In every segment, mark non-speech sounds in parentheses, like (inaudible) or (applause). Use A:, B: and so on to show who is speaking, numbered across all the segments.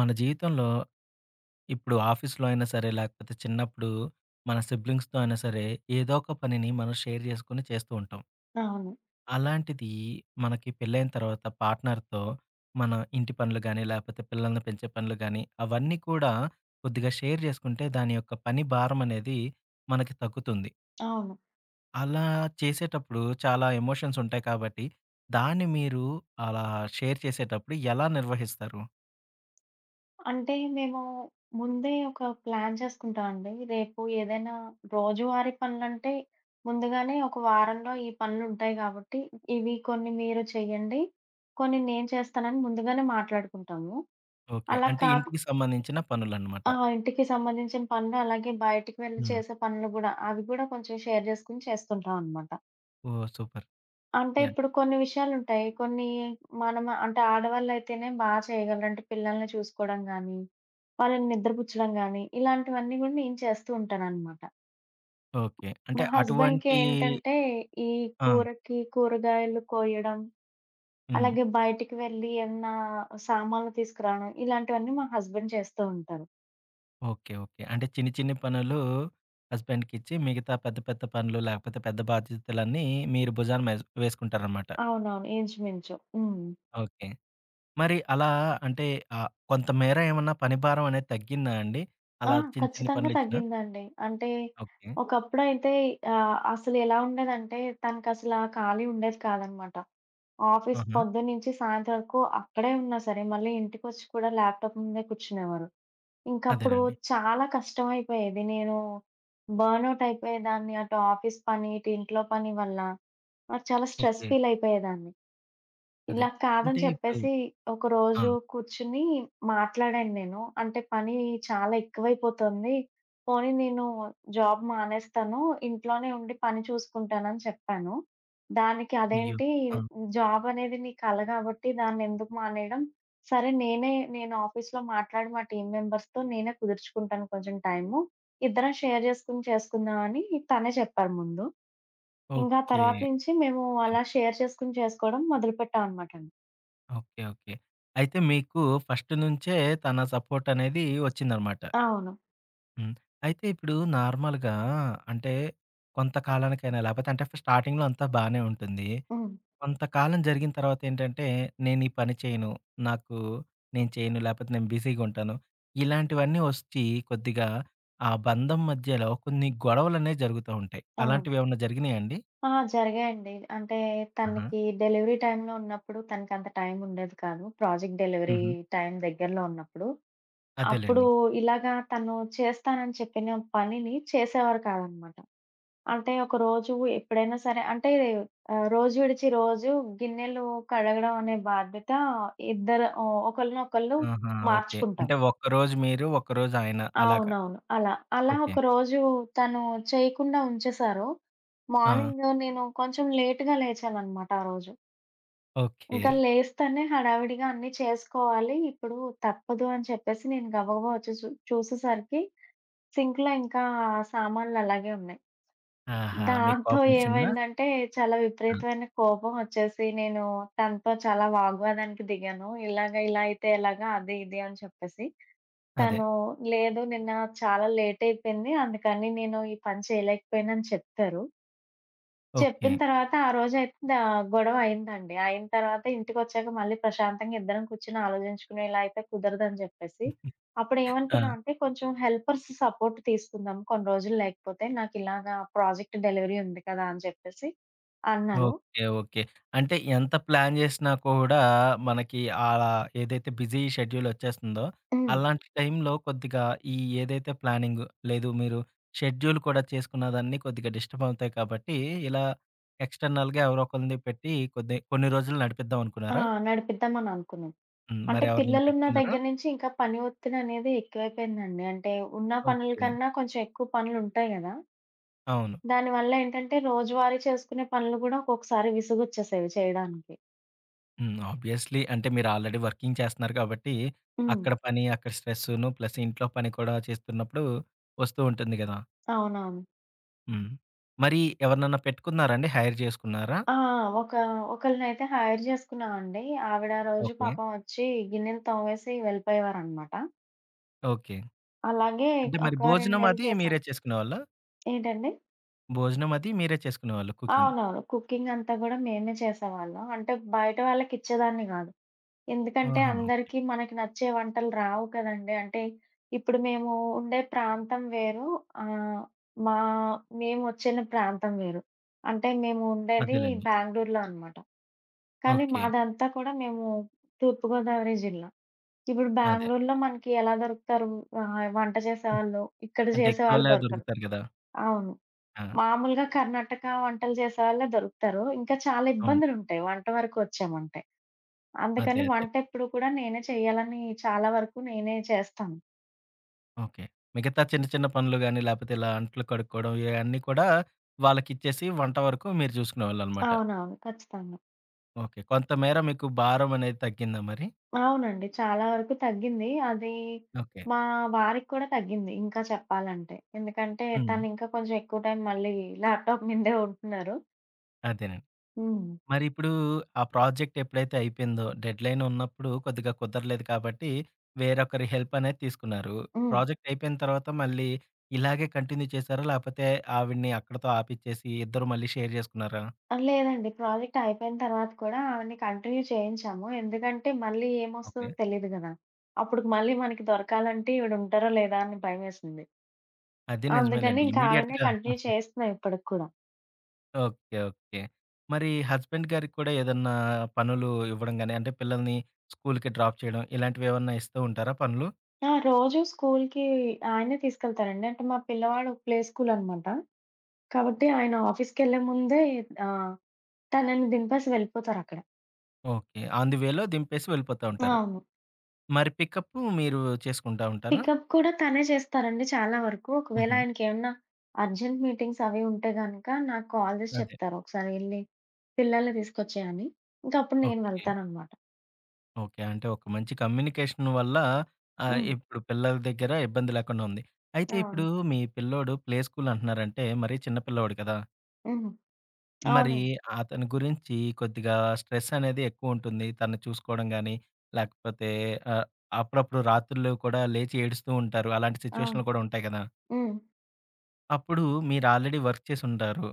A: మన జీవితంలో ఇప్పుడు ఆఫీస్‌లో అయినా సరే, లేకపోతే చిన్నప్పుడు మన సిబ్లింగ్స్‌తో అయినా సరే, ఏదో ఒక పనిని మనం షేర్ చేసుకొని చేస్తూ ఉంటాం.
B: అవును.
A: అలాంటిది మనకి పెళ్ళైన తర్వాత పార్ట్నర్‌తో మన ఇంటి పనులు గానీ, లేకపోతే పిల్లల్ని పెంచే పనులు గానీ, అవన్నీ కూడా కొద్దిగా షేర్ చేసుకుంటే దాని యొక్క పని భారం అనేది మనకి తగ్గుతుంది.
B: అవును.
A: అలా చేసేటప్పుడు చాలా ఎమోషన్స్ ఉంటాయి కాబట్టి, దాన్ని మీరు అలా షేర్ చేసేటప్పుడు ఎలా నిర్వహిస్తారు?
B: అంటే మేము ముందే ఒక ప్లాన్ చేసుకుంటామండి. రేపు ఏదైనా రోజువారీ పనులంటే ముందుగానే ఒక వారంలో ఈ పనులుంటాయి కాబట్టి, ఇవి కొన్ని మీరు చెయ్యండి, కొన్ని నేను చేస్తానని ముందుగానే మాట్లాడుకుంటాము.
A: ఓకే.
B: అలా
A: అంటే
B: కాక్
A: ఇంటికి సంబంధించిన పనులన్నమాట.
B: ఆ! ఇంటికి సంబంధించిన పనులు అలాగే బయటికి వెళ్లి
A: హ్మ్.
B: చేసే పనులు గూడా, అవి గూడా కొంచెం షేర్ జేసుకొని చేస్తుంటామనమాట.
A: ఓహ్! సూపర్.
B: అంటే
A: యాహ్!
B: ఇప్పుడు కొన్ని విషయాలుంటాయి. కొన్ని మనం అంటే ఆడవాళ్ళైతేనే బా చేయగలరు. అంటే పిల్లల్ని చూసుకోవడం గానీ, వాళ్ళని నిద్రపుచ్చడం గానీ, ఇలాంటివన్నీ గూడా నేను చేస్తూ ఉంటాననమాట.
A: ఓకే. అంటే
B: మా హస్బెండ్‌కి
A: అటువంటి
B: ఏంటంటే ఈ
A: ఆ!
B: కూరకి కూరగాయలు కోయడం,
A: హ్మ్.
B: అలాగే బయటికి వెళ్లి ఏమన్నా సామాన్లు తీసుకురావడం, ఇలాంటివన్నీ మా హస్బెండ్ చేస్తూ ఉంటారు.
A: ఓకే. ఓకే. అంటే చిన్న చిన్న పనులు హస్బెండ్‌కిచ్చి మిగతా పెద్ద పెద్ద పనులు లేకపోతే పెద్ద బాధ్యతలన్నీ మీరు భుజాన మేస్ వేసుకుంటారనమాట.
B: అవునవును. ఇంచుమించు. హ్మ్.
A: ఓకే. మరి అలా అంటే కొంతమేర ఏమన్నా పని భారం అనేది తగ్గిందా అండి?
B: ఆ!
A: అలా చిన్న చిన్న
B: ఖచ్చితంగా
A: పనులిచ్చినా?
B: తగ్గిందండి. అంటే
A: ఓకే.
B: ఒకప్పుడైతే అసలు ఎలా ఉండేదంటే తనకసలా ఖాళీ ఉండేది కాదనమాట. ఆఫీస్
A: ఆహా!
B: పొద్దున్నుంచి సాయంత్రం వరకు అక్కడే ఉన్నా సరే, మళ్ళీ ఇంటికొచ్చి కూడా ల్యాప్‌టాప్ ముందే కూర్చునేవారు. ఇంకప్పుడు
A: అదేనండి.
B: చాలా కష్టమైపోయేది. నేను బర్న్‌ఔట్ అయిపోయేదాన్ని. అటు ఆఫీస్ పని, ఇటు ఇంట్లో పని వల్ల. మరి చాలా స్ట్రెస్
A: ఓకే.
B: ఫీల్ అయిపోయేదాన్ని.
A: అదే.
B: ఇలా
A: అంటే
B: కాదని
A: ఇప్పుడు
B: చెప్పేసి
A: ఆ!
B: ఒకరోజు కూర్చొని మాట్లాడాను నేను. అంటే పని చాలా ఎక్కువైపోతుంది. పోనీ నేను జాబ్ మానేస్తాను. ఇంట్లోనే ఉండి పని చూసుకుంటానని చెప్పాను. దానికి
A: అయ్యో!
B: అదేంటి
A: ఆ!
B: జాబ్ అనేది నీ కల కాబట్టి దాన్నెందుకు మానేయడం? సరే నేను ఆఫీస్‌లో మాట్లాడి మా టీమ్ మెంబర్స్‌తో నేనే కుదుర్చుకుంటాను కొంచెం టైము. ఇద్దరం షేర్ చేసుకొని చేసుకుందాం అని తనే చెప్పారు ముందు. ఇంకా
A: ఓకే.
B: తర్వాత నుంచి మేము
A: అదేనండి.
B: అలా షేర్ చేసుకొని చేసుకోవడం మొదలుపెట్టామనమాట.
A: ఓకే. ఓకే. అయితే మీకు ఫస్ట్ నుంచే తన సపోర్ట్ అనేది వచ్చిందనమాట.
B: అవును.
A: హ్మ్. అయితే ఇప్పుడు నార్మల్‌గా అంటే కొంతకాలానికైనా లేపోతే అంటే స్టార్టింగ్‌లో అంతా బానే ఉంటుంది.
B: హ్మ్.
A: కొంతకాలం జరిగిన తర్వాత ఏంటంటే నేను ఈ పని చేయను. నాకు నేను చేయను లేపోతే నేను బిజీగా ఉంటాను. ఇలాంటివన్నీ ఒచ్చి కొద్దిగా ఆ బంధం మధ్యలో కొన్ని గొడవలనేవి జరుగుతా ఉంటాయి.
B: ఆ!
A: అలాంటివేమన్నా జరిగినాయా అండి?
B: ఆ! జరిగాయండి. అంటే
A: ఆహా!
B: తనకి డెలివరీ టైమ్‌లో ఉన్నప్పుడు తనకంత టైం ఉండేది కాదు. ప్రాజెక్ట్ డెలివరీ
A: హుహు.
B: టైం దగ్గరలో ఉన్నప్పుడు. అప్పుడు
A: అదేలెండి.
B: ఇలాగా తను చేస్తానని చెప్పిన పనిని చేసేవారు కాదనమాట. అంటే ఒకరోజు ఎప్పుడైనా సరే అంటే రోజు విడిచి రోజు గిన్నెలు కడగడం అనే బాధ్యత ఇద్దరు ఒకళ్ళనొకళ్ళు
A: ఆహా! ఓకే.
B: మార్చుకుంటాం.
A: అంటే ఒక్కరోజు మీరు, ఒక్కరోజు ఆయన అలాగా.
B: అవునవును. అలా. అలా
A: ఓకే.
B: ఒకరోజు తను చేయకుండా ఉంచేశారు.
A: ఆ!
B: మార్నింగ్ నేను కొంచెం లేట్‌గా లేచాననమాట ఆ రోజు.
A: ఓకే.
B: ఇంకా లేస్తేనే హడావిడిగా అన్నీ చేసుకోవాలి. ఇప్పుడు తప్పదు అని చెప్పేసి నేను గబగబా వచ్చి చూసేసరికి సింక్‌లో ఇంకా సామాన్లు అలాగే ఉన్నాయి.
A: ఆహా! మీకు
B: దాంతో
A: కోపమొచ్చిందా?
B: ఏమైందంటే చాలా
A: ఆ!
B: విపరీతమైన కోపం వచ్చేసి నేను తనతో చాలా వాగ్వాదానికి దిగాను. ఇలాగ ఇలా అయితే ఎలాగా అది ఇది అని చెప్పేసి.
A: అదే.
B: తను లేదు నిన్న చాలా లేట్ అయిపోయింది. అందుకని నేను ఈ పని చేయలేకపోయాను అని చెప్తారు.
A: ఓకే.
B: చెప్పిన తర్వాత ఆ రోజైతే గొడవ అయిందండి. అయిన తర్వాత ఇంటికొచ్చాక మళ్ళీ ప్రశాంతంగా ఇద్దరం కూర్చొని ఆలోచించుకుని ఇలా అయితే కుదరదని చెప్పేసి, అప్పుడు
A: ఆ!
B: ఏమనుకున్నాం అంటే కొంచెం హెల్పర్స్ సపోర్ట్ తీసుకుందాం కొన్ని రోజులు లేకపోతే నాకిలాగా ప్రాజెక్ట్ డెలివరీ ఉంది కదా! అని చెప్పేసి అన్నారు.
A: ఓకే. ఓకే. అంటే ఎంత ప్లాన్ జేసినా కూడా మనకి ఏదైతే బిజీ షెడ్యూలొచ్చేస్తుందో,
B: హ్మ్.
A: అలాంటి టైంలో కొద్దిగా ఈ ఏదైతే ప్లానింగ్ లేదు మీరు షెడ్యూల్ కూడా చేసుకున్నదాన్ని కొద్దిగా డిస్టర్బ్ అవుతాయి కాబట్టి, ఇలా ఎక్స్‌టర్నల్‌గా ఎవరో ఒకళ్ళని పెట్టి కొద్ది కొన్ని రోజులు నడిపిద్దాం
B: ఆ!
A: అనుకున్నారా?
B: నడిపిద్దామని అనుకున్నాం.
A: హ్మ్.
B: అంటే
A: మరి ఎవరినైనా
B: పిల్లలున్న
A: పెట్టుకున్నారా?
B: దగ్గర నుంచి ఇంకా పని ఒత్తిడనేది ఎక్కువైపోయిందండి. అంటే ఉన్న పనుల
A: ఓకే.
B: కన్నా కొంచెం ఎక్కువ పనులుంటాయి గదా!
A: అవును.
B: దానివల్ల ఏంటంటే రోజువారీ చేసుకునే పనులు గూడా ఒక్కొక్కసారి విసుగొచ్చేసేవి చేయడానికి.
A: హ్మ్. ఆబ్వియస్లీ అంటే మీరు ఆల్రెడీ వర్కింగ్ చేస్తున్నారు కాబట్టి,
B: హ్మ్.
A: అక్కడ పని, అక్కడ స్ట్రెస్సును ప్లస్ ఇంట్లో పని కూడా చేస్తున్నప్పుడు వస్తూ ఉంటుంది గదా!
B: అవునవును.
A: హ్మ్. మరి ఎవరినన్నా పెట్టుకున్నారా అండి? హైర్ చేసుకున్నారా?
B: ఆ! ఒక ఒకళ్ళనైతే హైర్ జేసుకున్నామండి. ఆవిడ రోజు
A: ఓకే.
B: పాపం ఒచ్చి గిన్నెలు తోమేసి వెళ్ళిపోయేవారనమాట.
A: ఓకే.
B: అలాగే
A: అంటే మరి
B: ఒక 2
A: భోజనం
B: నెలలు
A: అది
B: చేసాం.
A: మీరే చేసుకునేవాళ్ళా?
B: ఏంటండి?
A: భోజనం అది మీరే చేసుకునేవాళ్ళు కుకింగ్.
B: అవునవును. కుకింగ్ అంతా గూడా మేమే చేసేవాళ్ళం. అంటే బయట వాళ్ళకిచ్చేదాన్ని గాదు. ఎందుకంటే
A: ఆహా!
B: అందరికీ మనకి నచ్చే వంటలు రావు కదండీ. అంటే ఇప్పుడు మేము ఉండే ప్రాంతం వేరు. ఆహ్, మా మేమొచ్చిన ప్రాంతం వేరు. అంటే మేము ఉండేది
A: అదేలెండి.
B: బెంగుళూరులో అన్నమాట. కానీ
A: ఓకే.
B: మాదంతా కూడా మేము తూర్పుగోదావరి జిల్లా. ఇప్పుడు
A: అదే.
B: బెంగుళూరులో మనకి ఎలా దొరుకుతారు వంట చేసేవాళ్ళు. ఇక్కడ
A: అంటే
B: చేసేవాళ్ళు
A: ఎక్కడోళ్ళే
B: దొరకరు.
A: దొరుకుతారు గదా!
B: అవును.
A: ఆ!
B: మామూలుగా కర్ణాటక వంటలు చేసేవాళ్ళే దొరుకుతారు. ఇంకా చాలా
A: అవును.
B: ఇబ్బందులుంటాయి వంట వరకు వచ్చామంటే.
A: అదే.
B: అందుకని
A: అదే.
B: వంటెప్పుడు కూడా నేనే చెయ్యాలని చాలా వరకు నేనే చేస్తాను.
A: ఓకే. మిగతా చిన్న చిన్న పనులు గాని, లేపోతే ఇలా అంట్లు కడుక్కోవడం ఇయన్నీ కూడా వాళ్ళకిచ్చేసి వంట వరకు మీరు చూసుకునేవాళ్ళనమాట.
B: అవునవును. ఖచ్చితంగా.
A: ఓకే. కొంతమేర మీకు భారం అనేది తగ్గిందా మరి?
B: అవునండి. చాలా వరకు తగ్గింది. అది
A: ఓకే.
B: మా వారికి కూడా తగ్గింది ఇంకా చెప్పాలంటే. ఎందుకంటే
A: హ్మ్.
B: తను ఇంకా కొంచెం ఎక్కువ టైం మళ్ళీ ల్యాప్‌టాప్ మీదే ఉంటున్నారు.
A: అదేనండి.
B: హ్మ్.
A: మరిప్పుడు ఆ ప్రాజెక్ట్ ఎప్పుడైతే అయిపోయిందో డెడ్‌లైన్ ఉన్నప్పుడు కొద్దిగా కుదరలేదు కాబట్టి వేరొకరి హెల్ప్ అనేది తీసుకున్నారు.
B: హ్మ్.
A: ప్రాజెక్ట్ అయిపోయిన తర్వాత మళ్ళీ ఇలాగే కంటిన్యూ చేసారా? లేపోతే ఆవిడని అక్కడితో ఆపిచ్చేసి ఇద్దరు మళ్ళీ షేర్ జేసుకున్నారా?
B: ఆ! లేదండి. ప్రాజెక్ట్ అయిపోయిన తర్వాత కూడా ఆవిడని కంటిన్యూ చేయించాము. ఎందుకంటే మళ్ళీ
A: ఓకే.
B: ఏమొస్తదో తెలీదు గదా! అప్పుడుకి మళ్ళీ మనకి దొరకాలంటే ఈవిడ ఉంటారో లేదా అని భయమేసింది.
A: అది
B: అందుకని
A: నిజమేలెండి.
B: ఇంకా ఆవిడనే
A: ఇమ్మీడియేట్‌గా
B: కంటిన్యూ చేస్తున్నాం ఇప్పటికి కూడా.
A: ఓకే. ఓకే. మరి హస్బెండ్ గారికి కూడా ఏదన్నా పనులు ఇవ్వడం గాని, అంటే పిల్లల్ని స్కూలుకి డ్రాప్ చేయడం ఇలాంటివేమన్నా ఇస్తూ ఉంటారా పనులు?
B: ఆ! రోజు స్కూల్‌కి ఆయనే తీసుకెళ్తారండి. అంటే మా పిల్లవాడు ప్లే స్కూల్ అన్నమాట. కాబట్టి ఆయన ఆఫీస్‌కెళ్ళే ముందే ఆహ్, తనని దింపేసి వెళ్ళిపోతారక్కడ.
A: ఓకే. ఆన్ ది వేలో దింపేసి వెళ్ళిపోతా ఉంటారు.
B: అవును.
A: మరి పికప్పు మీరు చేసుకుంటా ఉంటారా?
B: పికప్ కూడా తనే చేస్తారండి చాలా వరకు. ఒకవేళ
A: హుహు.
B: ఆయనకేమన్నా అర్జెంట్ మీటింగ్స్ అవి ఉంటే గనక నాకు కాల్ చేసి
A: అదే.
B: చెప్తారు. ఒకసారి ఎళ్లి పిల్లల్ని తీసుకొచ్చేయని. ఇంకప్పుడు నేను
A: ఓకే.
B: వెళ్తాననమాట.
A: ఓకే. అంటే ఒక మంచి కమ్యూనికేషన్ వల్ల
B: హ్మ్.
A: ఇప్పుడు పిల్లల దగ్గర ఇబ్బంది లేకుండా ఉంది. అయితే
B: అవును.
A: ఇప్పుడు మీ పిల్లోడు ప్లే స్కూల్ అంటున్నారంటే మరీ చిన్న పిల్లోడు కదా!
B: హ్మ్.
A: మరి
B: అవునండి.
A: అతని గురించి కొద్దిగా స్ట్రెస్ అనేది ఎక్కువుంటుంది. తనని చూసుకోవడం గాని, లేకపోతే ఆహ్, అప్పుడప్పుడు రాత్రులు కూడా లేచి ఏడుస్తూ ఉంటారు. అలాంటి
B: అవును.
A: సిట్యుయేషన్‌లు కూడా ఉంటాయి కదా!
B: హ్మ్.
A: అప్పుడు మీరు ఆల్రెడీ వర్క్ చేసుంటారు.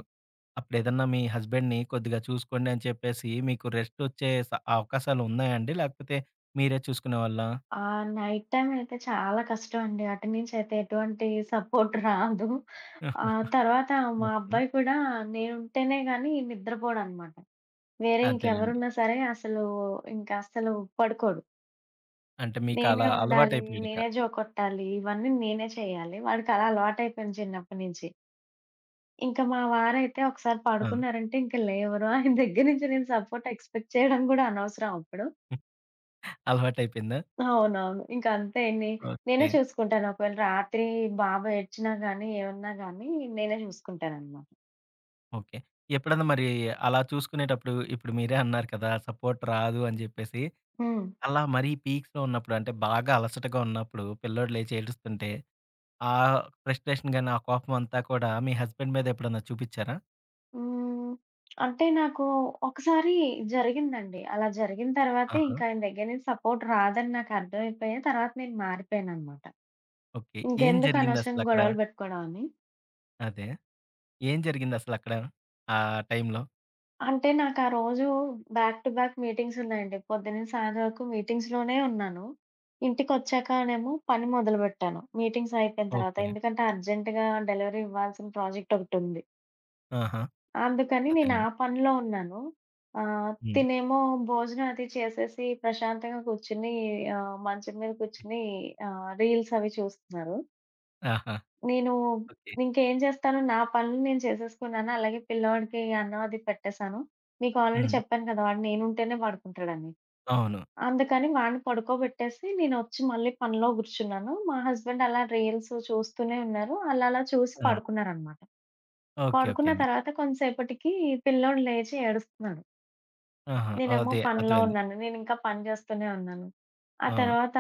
A: అప్పుడేదన్నా మీ హస్బెండ్‌ని కొద్దిగా చూసుకోండి అని చెప్పేసి మీకు రెస్టొచ్చే అవకాశాలు ఉన్నాయండి? లేకపోతే మీరే చూసుకునేవాళ్ళా?
B: ఆ! నైట్ టైమ్ అయితే చాలా కష్టం అండి. అటు నుంచి అయితే ఎటువంటి సపోర్ట్ రాదు. ఆ తర్వాత
A: (laughs)
B: మా
A: ఓకే.
B: అబ్బాయి కూడా నేనుంటేనే గాని నిద్రపోడనమాట. వేరే
A: అదేలెండి.
B: ఇంకెవరున్నా సరే అసలు ఇంకా అస్సలు పడుకోడు.
A: అంటే మీకు
B: నేనే
A: అలా
B: ఉండాలి.
A: అలవాటయిపోయాడిక.
B: నేనే జోకొట్టాలి. ఇవన్నీ నేనే చేయాలి. వాడికలా అలవాటయిపోయింది చిన్నప్పటి నుంచి. ఇంకా మా వారైతే ఒకసారి
A: ఆ!
B: పడుకున్నారంటే ఇంక లేవరు. ఆయన దగ్గర నుంచి నేను సపోర్ట్ ఎక్స్‌పెక్ట్ చేయడం గూడా అనవసరం అప్పుడు.
A: అలవాటయిపోయిందా?
B: అవునవును. ఇంక అంతే
A: ఓకే.
B: నేనే చూసుకుంటాను. ఒకవేళ రాత్రి బాబు ఏడ్చినా గానీ, ఏమన్నా గానీ నేనే చూసుకుంటాననమాట.
A: ఓకే. ఎప్పుడన్నా మరి అలా చూసుకునేటప్పుడు ఇప్పుడు మీరే అన్నారు కదా! సపోర్ట్ రాదు అని జెప్పేసి.
B: హ్మ్.
A: అలా మరీ పీక్స్‌లో ఉన్నప్పుడు అంటే బాగా అలసటగా ఉన్నప్పుడు పిల్లోడు లేచి ఏడుస్తుంటే ఆ ఫ్రస్ట్రేషన్ గాని, ఆ కోపం అంతా కూడా మీ హస్బెండ్ మీద ఎప్పుడన్నా చూపిచ్చారా?
B: హ్మ్. అంటే నాకు ఒకసారి జరిగిందండి. అలా జరిగిన తర్వాతే
A: ఆహా!
B: ఇంక ఆయన దగ్గర నుంచి సపోర్ట్ రాదని నాకు అర్థమైపోయి తర్వాత నేను మారిపోయాననమాట.
A: ఓకే. ఏం
B: ఇంకెందుకు అనవసరంగా
A: జరిగిందసలక్కడ?
B: గొడవలు పెట్టుకోవడం అని.
A: అదే. ఏం జరిగిందసలక్కడ? ఆ టైంలో?
B: అంటే నాకా రోజు బ్యాక్ టు బ్యాక్ మీటింగ్స్ ఉన్నాయండి. పొద్దున నుంచి సాయంత్రం వరకు మీటింగ్స్‌లోనే ఉన్నాను. ఇంటికొచ్చాకనేమో పని మొదలుపెట్టాను. మీటింగ్స్ అయిపోయిన తర్వాత.
A: ఓకే.
B: ఎందుకంటే అర్జెంట్‌గా డెలివరీ ఇవ్వాల్సిన ప్రాజెక్ట్ ఒకటుంది.
A: ఆహా!
B: అందుకని నేను ఆ
A: అదేలెండి.
B: పనిలో ఉన్నాను.
A: హ్మ్.
B: తినేమో భోజనం అది చేసేసి ప్రశాంతంగా కూర్చొని మంచం మీద కూర్చొని రీల్స్ అవి చూస్తున్నారు.
A: ఆహా!
B: నేను
A: ఓకే.
B: ఇంకేం చేస్తాను, నా పనులు నేను చేసేసుకున్నాను. అలాగే పిల్లోడికి అన్నం అది పెట్టేశాను. మీకు ఆల్రెడీ
A: హ్మ్.
B: చెప్పాను కదా! వాడు నేనుంటేనే పడుకుంటాడని.
A: అవును.
B: అందుకని వాడిని పడుకోబెట్టేసి నేనొచ్చి మళ్ళీ పనిలో కూర్చున్నాను. మా హస్బెండ్ అలా రీల్స్ చూస్తూనే ఉన్నారు. అలా అలా చూసి
A: ఆ!
B: పడుకున్నారనమాట.
A: ఓకే. ఓకే
B: పడుకున్న
A: అండి.
B: తర్వాత కొంతసేపటికి పిల్లోడు లేచి ఏడుస్తున్నాడు.
A: ఆహా!
B: నేనేమో
A: అదే.
B: పనిలో
A: అర్థమైంది.
B: ఉన్నాను. నేనింకా పని చేస్తూనే ఉన్నాను. ఆ
A: ఆ!
B: తర్వాత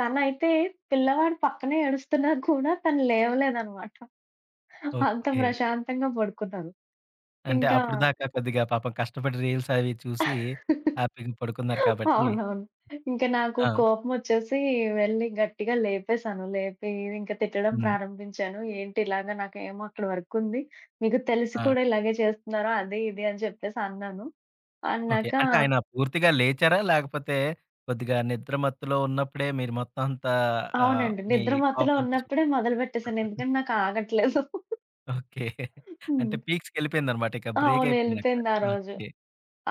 B: తనైతే పిల్లవాడు పక్కనే ఏడుస్తున్నా కూడా తను లేవలేదనమాట. అంత
A: ఓకే.
B: ప్రశాంతంగా పడుకున్నారు.
A: అంటే
B: ఇంకా
A: అప్పటిదాకా కొద్దిగా పాపం కష్టపడి రీల్స్ అవి చూసి హ్యాపీగా పడుకున్నారు కాబట్టి
B: అవునవును. ఇంక నాకు
A: ఆ!
B: కోపమొచ్చేసి వెళ్లి గట్టిగా లేపేశాను. లేపి ఇంక తిట్టడం
A: హ్మ్.
B: ప్రారంభించాను. ఏంటి ఇలాగ నాకేమో అక్కడ వర్కుంది. మీకు తెలిసి
A: ఆ!
B: కూడా ఇలాగే చేస్తున్నారా? అది ఇది అని చెప్పేసి అన్నాను.
A: ఓకే.
B: అన్నాక
A: అంటే ఆయన పూర్తిగా లేచారా? లేకపోతే కొద్దిగా నిద్ర మత్తులో ఉన్నప్పుడే మీరు మొత్తం అంతా
B: అవునండి.
A: మీ
B: నిద్ర మత్తులో
A: కోపం అంతా
B: ఉన్నప్పుడే
A: చూపిచ్చారా?
B: మొదలుపెట్టేశాను.
A: (laughs)
B: ఎందుకంటే నాకు ఆగట్లేదు.
A: ఓకే.
B: హ్మ్.
A: అంటే పీక్స్‌కెళ్ళిపోయిందనమాట. ఇక బ్రేక్
B: అవును.
A: అయిపోయిందక్కడ.
B: ఎళ్ళిపోయింది ఆ రోజు.
A: ఓకే.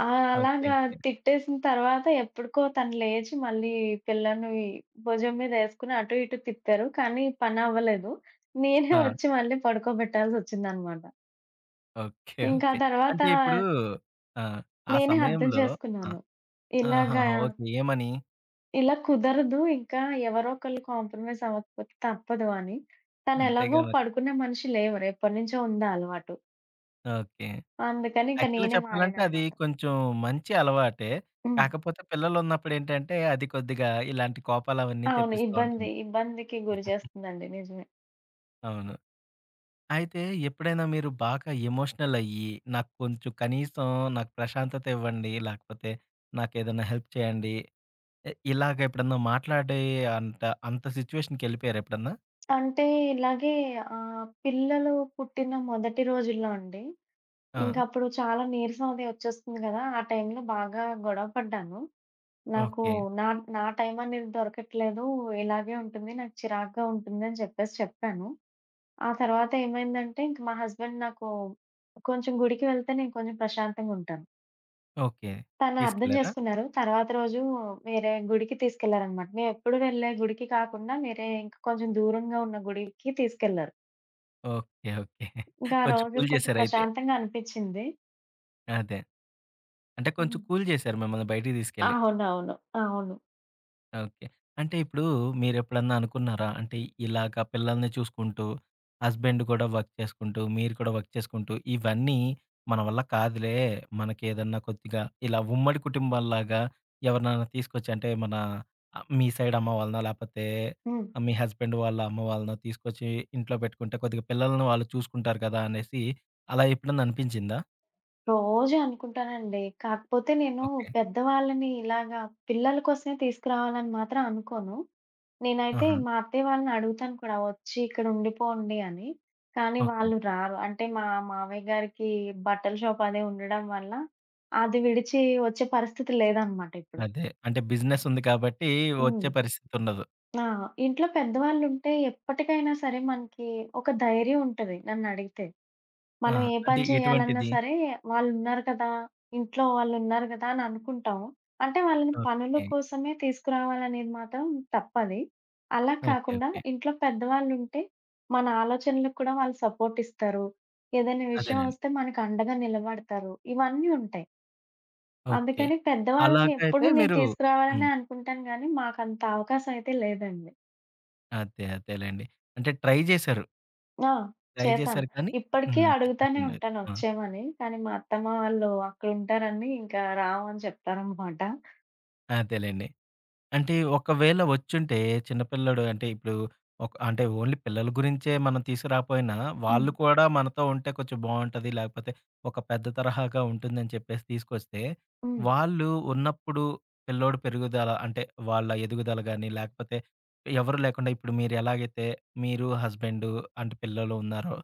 B: ఆ!
A: ఓకే.
B: అలాగా
A: ఓకే.
B: తిట్టేసిన తర్వాత ఎప్పటికో తను లేచి మళ్ళీ పిల్లని భుజం మీదేసుకొని అటు ఇటు తిప్పారు. కానీ పనవ్వలేదు. నేనే
A: ఆ!
B: వచ్చి మళ్ళీ పడుకోబెట్టాల్సొచ్చిందనమాట.
A: ఓకే.
B: ఇంకా
A: ఓకే.
B: ఆ తర్వాత
A: అంటే ఇప్పుడు ఆ! ఆ
B: నేనే అర్థం
A: సమయంలో ఆ!
B: చేసుకున్నాను. ఇలాగా
A: ఆహాహా! ఓకే. ఏమని?
B: ఇలా కుదరదు ఇంకా ఎవరో ఒకళ్ళు కాంప్రమైజ్ అవ్వకపోతే తప్పదు అని.
A: అంతేగా
B: తనెలాగో
A: మరి.
B: పడుకునే మనిషి లేవరు. ఎప్పటినుంచో ఉందా అలవాటు.
A: ఓకే.
B: అందుకని ఇంక
A: యాక్చువల్‌గా
B: నేనే
A: చెప్పాలంటే అది
B: మారాననమాట.
A: కొంచెం మంచి అలవాటే.
B: హ్మ్.
A: కాకపోతే పిల్లలున్నప్పుడు ఏంటంటే అది కొద్దిగా ఇలాంటి కోపాలవన్నీ
B: అవును.
A: తెప్పిస్తా ఉంటుంది.
B: ఇబ్బందికి గురి చేస్తుందండి. నిజమే.
A: అవును. అయితే ఎప్పుడైనా మీరు బాగా ఎమోషనల్ అయ్యి నాకు కొంచెం కనీసం నాకు ప్రశాంతత ఇవ్వండి. లేకపోతే నాకేదైనా హెల్ప్ చేయండి. ఇలాగ ఎప్పుడన్నా మాట్లాడే అంత అంత సిట్యుయేషన్‌కెళ్ళిపోయారా ఎప్పుడన్నా?
B: అంటే ఇలాగే పిల్లలు పుట్టిన మొదటి రోజుల్లో అండి.
A: ఆ!
B: ఇంక అప్పుడు చాలా నీరసం అది వచ్చేస్తుంది గదా! ఆ టైంలో బాగా గొడవ పడ్డాను. నాకు
A: ఓకే.
B: నా, నా టైం అనేది దొరకట్లేదు. ఇలాగే ఉంటుంది. నాకు చిరాకుగా ఉంటుంది అని చెప్పేసి చెప్పాను. ఆ తర్వాత ఏమైందంటే ఇంక మా హస్బెండ్ నాకు కొంచెం గుడికి వెళ్తే నేను కొంచెం ప్రశాంతంగా ఉంటాను.
A: ఓకే.
B: తను అర్థం
A: తీసుకెళ్లారా?
B: చేసుకున్నారు. తర్వాత రోజు వేరే గుడికి తీసుకెళ్లారనమాట. మేమెప్పుడు వెళ్ళే గుడికి కాకుండా వేరే ఇంకా కొంచెం దూరంగా ఉన్న గుడికి తీసుకెళ్లారు.
A: ఓకే. ఓకే.
B: ఇంకా ఆ
A: కొంచెం
B: రోజు
A: కూల్
B: కొంచెం
A: చేసారు అయితే.
B: ప్రశాంతంగా అనిపిచ్చింది.
A: అదే. అంటే కొంచెం
B: హ్మ్.
A: కూల్ చేసారు మిమ్మల్ని బయటికి తీసుకెళ్ళి.
B: అవునవును. అవును.
A: ఓకే. అంటే ఇప్పుడు మీరెప్పుడన్నా అనుకున్నారా? అంటే ఇలాగ పిల్లల్ని చూసుకుంటూ, హస్బెండ్ కూడా వర్క్ చేసుకుంటూ, మీరు కూడా వర్క్ చేసుకుంటూ, ఇవన్నీ మన వల్ల కాదులే. మనకేదన్నా కొద్దిగా ఇలా ఉమ్మడి కుటుంబాల్లాగా ఎవరినైనా తీసుకొచ్చి అంటే మన మీ సైడ్ అమ్మ వాళ్ళనో, లేపోతే
B: హ్మ్.
A: మీ హస్బెండ్ వాళ్ళ అమ్మ వాళ్ళనో తీసుకొచ్చి ఇంట్లో పెట్టుకుంటే కొద్దిగా పిల్లల్ని వాళ్ళు చూసుకుంటారు కదా! అనేసి అలా ఎప్పుడన్నా అనిపించిందా?
B: రోజు అనుకుంటానండి. కాకపోతే నేను
A: ఓకే.
B: పెద్దవాళ్ళని ఇలాగా పిల్లల కోసమే తీసుకురావాలని మాత్రం అనుకోను. నేనైతే
A: ఆహా!
B: మా అత్తయ్య వాళ్ళని అడుగుతాను కూడా వచ్చి ఇక్కడ ఉండిపోండి అని. కానీ
A: ఓకే.
B: వాళ్ళు రారు. అంటే మా మావయ్య గారికి బట్టల షాప్ అదే ఉండడం వల్ల అది విడిచి వచ్చే పరిస్థితి లేదనమాట ఇప్పుడు.
A: అదే. అంటే బిజినెస్ ఉంది కాబట్టి వచ్చే
B: హ్మ్.
A: పరిస్థితుండదు.
B: ఆ! ఇంట్లో పెద్దవాళ్ళుంటే ఎప్పటికైనా సరే మనకి ఒక ధైర్యం ఉంటది నన్నడిగితే. మనం
A: ఆహా!
B: ఏ
A: అంటే
B: పని చేయాలన్నా
A: ఎటువంటిది?
B: సరే వాళ్ళున్నారు కదా! ఇంట్లో వాళ్ళున్నారు కదా! అని అనుకుంటాము. అంటే వాళ్ళని పనుల
A: ఓకే.
B: కోసమే తీసుకురావాలనేది మాత్రం తప్పది. అలా
A: ఓకే.
B: కాకుండా
A: ఓకే.
B: ఇంట్లో పెద్దవాళ్ళుంటే మన ఆలోచనలకు కూడా వాళ్ళు సపోర్ట్ ఇస్తారు. ఏదైనా విషయం
A: అదేనండి.
B: వస్తే మనకు అండగా నిలబడతారు. ఇవన్నీ ఉంటాయి.
A: ఓకే.
B: అందుకని పెద్దవాళ్ళని
A: అలాగైతే
B: ఎప్పుడు నేను
A: మీరు హ్మ్.
B: తీసుకురావాలనే అనుకుంటాను గానీ, మాకంత అవకాశం అయితే లేదండి.
A: అదే. అదేలెండి. అంటే ట్రై జేశారు.
B: ఆ!
A: ట్రై
B: చేశాను.
A: జేశారు కానీ
B: ఇప్పటికీ
A: హ్మ్.
B: అడుగుతానే
A: సిచ్యుయేషన్ లేదు.
B: ఉంటాను
A: ఆ!
B: వచ్చేయమని. కానీ మా అత్తమ్మ వాళ్ళు అక్కడుంటారని ఇంకా రామని చెప్తారనమాట.
A: అదేలెండి. అంటే ఒకవేళ వచ్చుంటే చిన్న పిల్లోడు అంటే ఇప్పుడు ఒక అంటే ఓన్లీ పిల్లల గురించే మనం తీసుకురాపోయినా,
B: హ్మ్.
A: వాళ్ళు కూడా మనతో ఉంటే కొంచెం బావుంటది. లేకపోతే ఒక పెద్ద తరహాగా ఉంటుందని చెప్పేసి తీసుకొస్తే,
B: హ్మ్.
A: వాళ్ళు ఉన్నప్పుడు పిల్లోడు పెరుగుదల అంటే వాళ్ళ ఎదుగుదల గాని, లేకపోతే ఎవరు లేకుండా ఇప్పుడు మీరు ఎలాగైతే మీరు హస్బెండు అంటే పిల్లలు ఉన్నారో,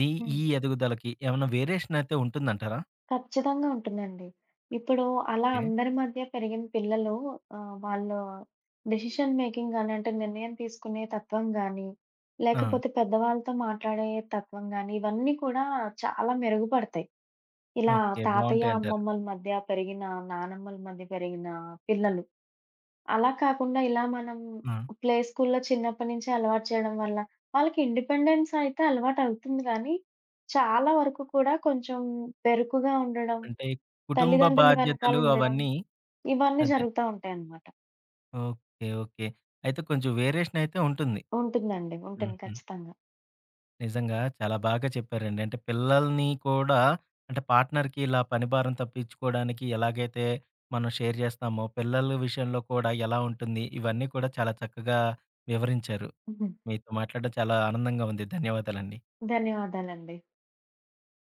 A: దీ
B: హ్మ్.
A: ఈ ఎదుగుదలకి ఏమన్నా వేరియేషన్ అయితే ఉంటుందంటారా?
B: ఖచ్చితంగా ఉంటుందండి. ఇప్పుడు అలా
A: ఓకే.
B: అందరి మధ్య పెరిగిన పిల్లలు వాళ్ళు డెసిషన్ మేకింగ్ గాని, అంటే నిర్ణయం తీసుకునే తత్వం గాని,
A: ఆ!
B: లేకపోతే పెద్దవాళ్ళతో మాట్లాడే తత్వం గాని, ఇవన్నీ కూడా చాలా మెరుగుపడతాయి. ఇలా
A: ఓకే.
B: తాతయ్య,
A: బావుంటాయంటారు.
B: అమ్మమ్మల మధ్య పెరిగిన, నానమ్మల మధ్య పెరిగిన పిల్లలు. అలా కాకుండా ఇలా మనం
A: ఆ!
B: ప్లే స్కూల్‌లో చిన్నప్పటి నుంచే అలవాటు చేయడం వల్ల, వాళ్ళకి ఇండిపెండెన్స్ అయితే అలవాటవుతుంది గానీ, చాలా వరకు కూడా కొంచెం బెరుకుగా ఉండడం,
A: అంటే కుటుంబ
B: తల్లిదండ్రులు వెనకాల
A: బాధ్యతలు
B: ఉండడం,
A: అవన్నీ
B: ఇవన్నీ
A: అదే.
B: జరుగుతా ఉంటాయన్నమాట.
A: ఓకే. ఓకే. అయితే కొంచెం వేరియేషన్ అయితే ఉంటుంది.
B: ఉంటుందండి. ఉంటుంది
A: హుహు.
B: ఖచ్చితంగా.
A: నిజంగా చాలా బాగా చెప్పారండి. అంటే పిల్లల్ని కూడా అంటే పార్ట్నర్‌కి ఇలా పని భారం తప్పించుకోవడానికి ఎలాగైతే మనం షేర్ చేస్తామో, పిల్లల విషయంలో కూడా ఎలా ఉంటుంది? ఇవన్నీ కూడా చాలా చక్కగా వివరించారు.
B: ఉహు.
A: మీతో మాట్లాడడం చాలా ఆనందంగా ఉంది. ధన్యవాదాలండి.
B: ధన్యవాదాలండి.